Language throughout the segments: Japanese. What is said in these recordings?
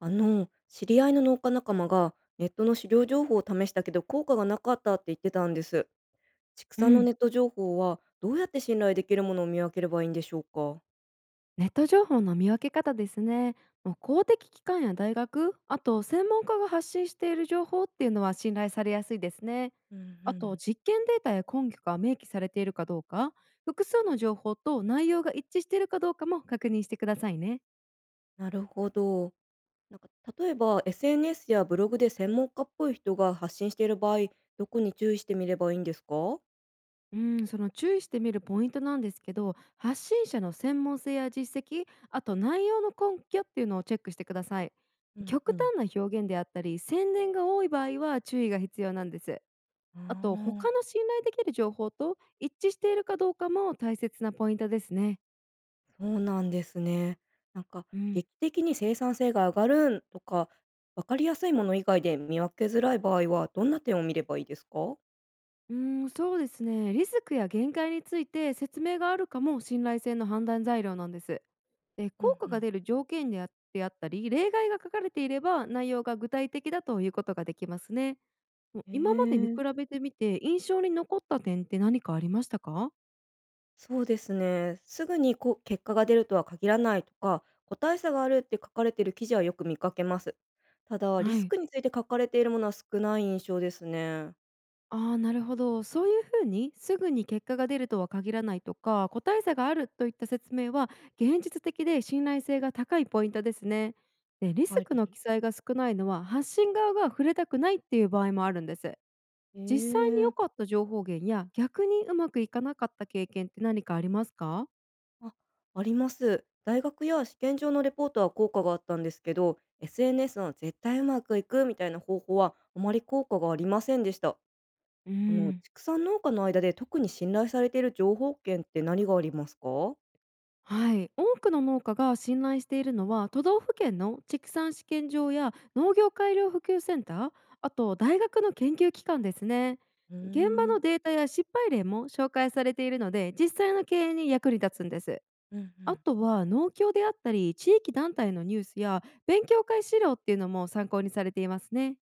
知り合いの農家仲間がネットの狩料情報を試したけど効果がなかったって言ってたんです。畜う産のん、ネット情報はどうやって信頼できるものを見分ければいいんでしょうか。ネット情報の見分け方ですね。もう公的機関や大学、あと専門家が発信している情報っていうのは信頼されやすいですね。うんうあん、と実験データや根拠が明記されているかどうか、複数の情報と内容が一致しているかどうかも確認してくださいね。なるほど。なんか例えば SNS やブログで専門家っぽい人が発信している場合、どこに注意してみればいいんですか。うん、その注意してみるポイントなんですけど、発信者の専門性や実績、あと内容の根拠っていうのをチェックしてください。うんう極ん。端な表現であったり、宣伝が多い場合は注意が必要なんです。あと、あ、他の信頼できる情報と一致しているかどうかも大切なポイントですね。そうなんですね。なんかうん。劇的に生産性が上がるんとか、わかりやすいもの以外で見分けづらい場合はどんな点を見ればいいですか？うーそうですね。リスクや限界について説明があるかも信頼性の判断材料なんです。で、う効ん果うがん。出る条件であったり、例外が書かれていれば内容が具体的だということができますね。もうえ今まで見比え、べてみて印象に残った点って何かありましたか？そうですね。すぐにこう結果が出るとは限らないとか、個体差があるって書かれている記事はよく見かけます。ただ、リはスい。クについて書かれているものは少ない印象ですね。ああ、なるほど。そういうふうにすぐに結果が出るとは限らないとか、個体差があるといった説明は現実的で信頼性が高いポイントですね。やで、っリスぱクのり。記載が少ないのは発信側が触れたくないっていう場合もあるんです。え実際に良え。かった情報源や逆にうまくいかなかった経験って何かありますか？あ、あります。大学や試験場のレポートは効果があったんですけど、SNS の絶対うまくいくみたいな方法はあまり効果がありませんでした。うあのん。畜産農家の間で特に信頼されている情報源って何がありますか？はい、多くの農家が信頼しているのは都道府県の畜産試験場や農業改良普及センター、あと大学の研究機関ですね。うー現場ん、のデータや失敗例も紹介されているので実際の経営に役に立つんです。うんうあん、とは農協であったり地域団体のニュースや勉強会資料っていうのも参考にされていますね。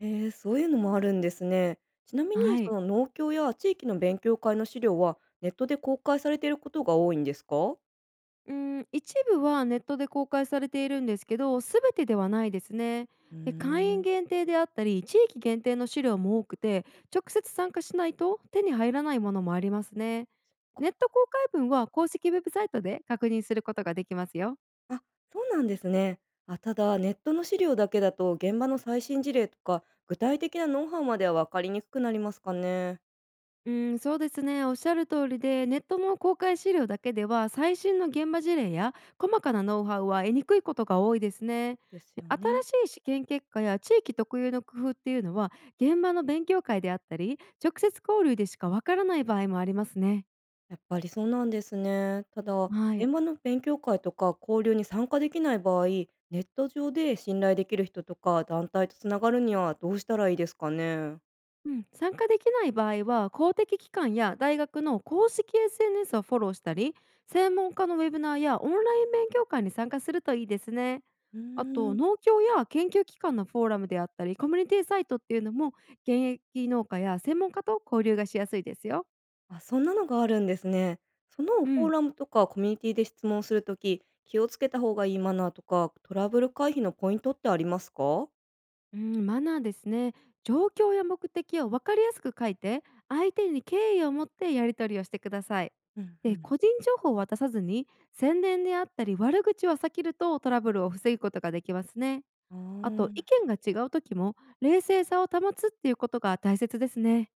えー、そういうのもあるんですね。ちなみにはそい。の農協や地域の勉強会の資料はネットで公開されていることが多いんですか？うん、一部はネットで公開されているんですけど、全てではないですね。うーで、会員ん、限定であったり、地域限定の資料も多くて、直接参加しないと手に入らないものもありますね。ネット公開文は公式ウェブサイトで確認することができますよ。あ、そうなんですね。あ、ただ、ネットの資料だけだと、現場の最新事例とか、具体的なノウハウまでは分かりにくくなりますかね。うん、そうですね。おっしゃる通りで、ネットの公開資料だけでは、最新の現場事例や細かなノウハウは得にくいことが多いですね。ですで、よね。新しい試験結果や地域特有の工夫っていうのは、現場の勉強会であったり、直接交流でしかわからない場合もありますね。やっぱりそうなんですね。ただ、はい。現場の勉強会とか交流に参加できない場合、ネット上で信頼できる人とか団体とつながるにはどうしたらいいですかね。うん、参加できない場合は公的機関や大学の公式 SNS をフォローしたり、専門家のウェブナーやオンライン勉強会に参加するといいですね。うーあとん。農協や研究機関のフォーラムであったりコミュニティサイトっていうのも現役農家や専門家と交流がしやすいですよ。あ、そんなのがあるんですね。そのうフォーん、ラムとかコミュニティで質問するとき、気をつけた方がいいマナーとか、トラブル回避のポイントってありますか。うん、マナーですね。状況や目的を分かりやすく書いて、相手に敬意を持ってやり取りをしてください。うんうで、ん。個人情報を渡さずに、宣伝であったり悪口は避けるとトラブルを防ぐことができますね。あと、意あ見が違う時も、冷静さを保つっていうことが大切ですね。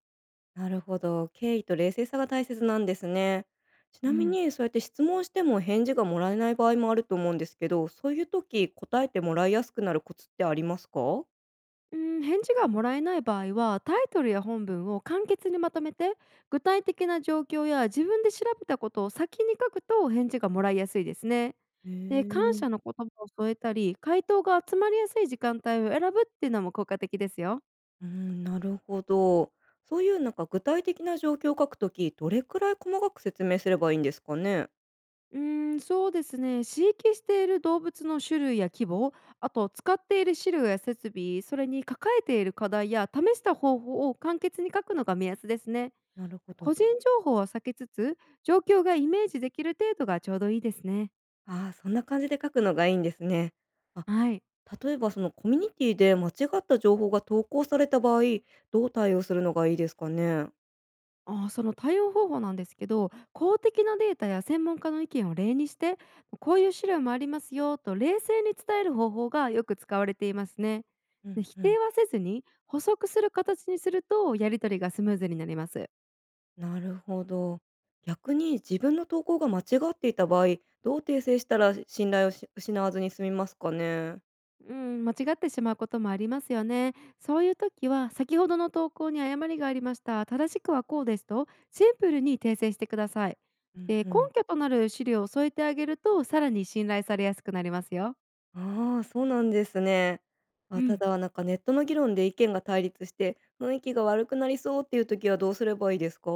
あ、なるほど。敬意と冷静さが大切なんですね。ちうなみん。にそうやって質問しても返事がもらえない場合もあると思うんですけど、そういう時答えてもらいやすくなるコツってありますか？うん、返事がもらえない場合はタイトルや本文を簡潔にまとめて、具体的な状況や自分で調べたことを先に書くと返事がもらいやすいですね。へで、感え。謝の言葉を添えたり回答が集まりやすい時間帯を選ぶっていうのも効果的ですよ。うん、なるほど。そういう具体的な状況を書くとき、どれくらい細かく説明すればいいんですかね？そうですね、飼育している動物の種類や規模、あと使っている資料や設備、それに抱えている課題や試した方法を簡潔に書くのが目安ですね。なるほど。個人情報は避けつつ、状況がイメージできる程度がちょうどいいですね。ああ、そんな感じで書くのがいいんですね。あ、はい。例えばそのコミュニティで間違った情報が投稿された場合、どう対応するのがいいですかね？その対応方法なんですけど、公的なデータや専門家の意見を例にして、こういう資料もありますよと冷静に伝える方法がよく使われていますね。うで、ん否う定ん。はせずに補足する形にするとやり取りがスムーズになります。なるほど。逆に自分の投稿が間違っていた場合、どう訂正したら信頼をし失わずに済みますかね？うん、間違ってしまうこともありますよね。そういう時は先ほどの投稿に誤りがありました。正しくはこうですとシンプルに訂正してください。うんで、根うん。拠となる資料を添えてあげるとさらに信頼されやすくなりますよ。ああ、そうなんですね。あ、うたん。だネットの議論で意見が対立して、雰囲気が悪くなりそうっていう時はどうすればいいですか？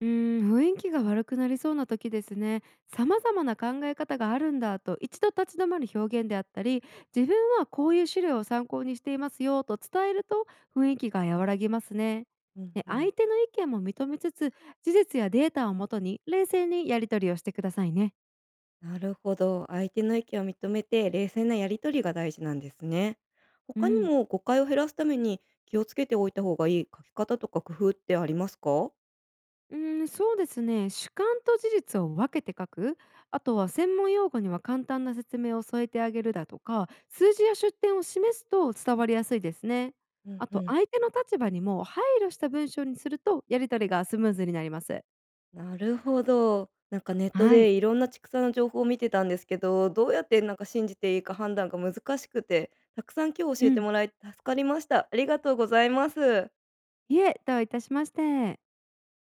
雰囲気が悪くなりそうな時ですね。様々な考え方があるんだと一度立ち止まる表現であったり、自分はこういう資料を参考にしていますよと伝えると雰囲気が和らぎますね。うんで、うん、相手の意見も認めつつ、事実やデータをもとに冷静にやり取りをしてくださいね。なるほど。相手の意見を認めて、冷静なやり取りが大事なんですね。う他にん。も誤解を減らすために気をつけておいた方がいい書き方とか工夫ってありますか。うん、そうですね。主観と事実を分けて書く、あとは専門用語には簡単な説明を添えてあげるだとか、数字や出典を示すと伝わりやすいですね。うんあうと、ん。相手の立場にも配慮した文章にすると、やり取りがスムーズになります。なるほど。ネットはでい。いろんな畜産の情報を見てたんですけど、どうやって信じていいか判断が難しくて、たくさん今日う教えてん。もらえて助かりました。ありがとうございます。いえ、どういたしまして。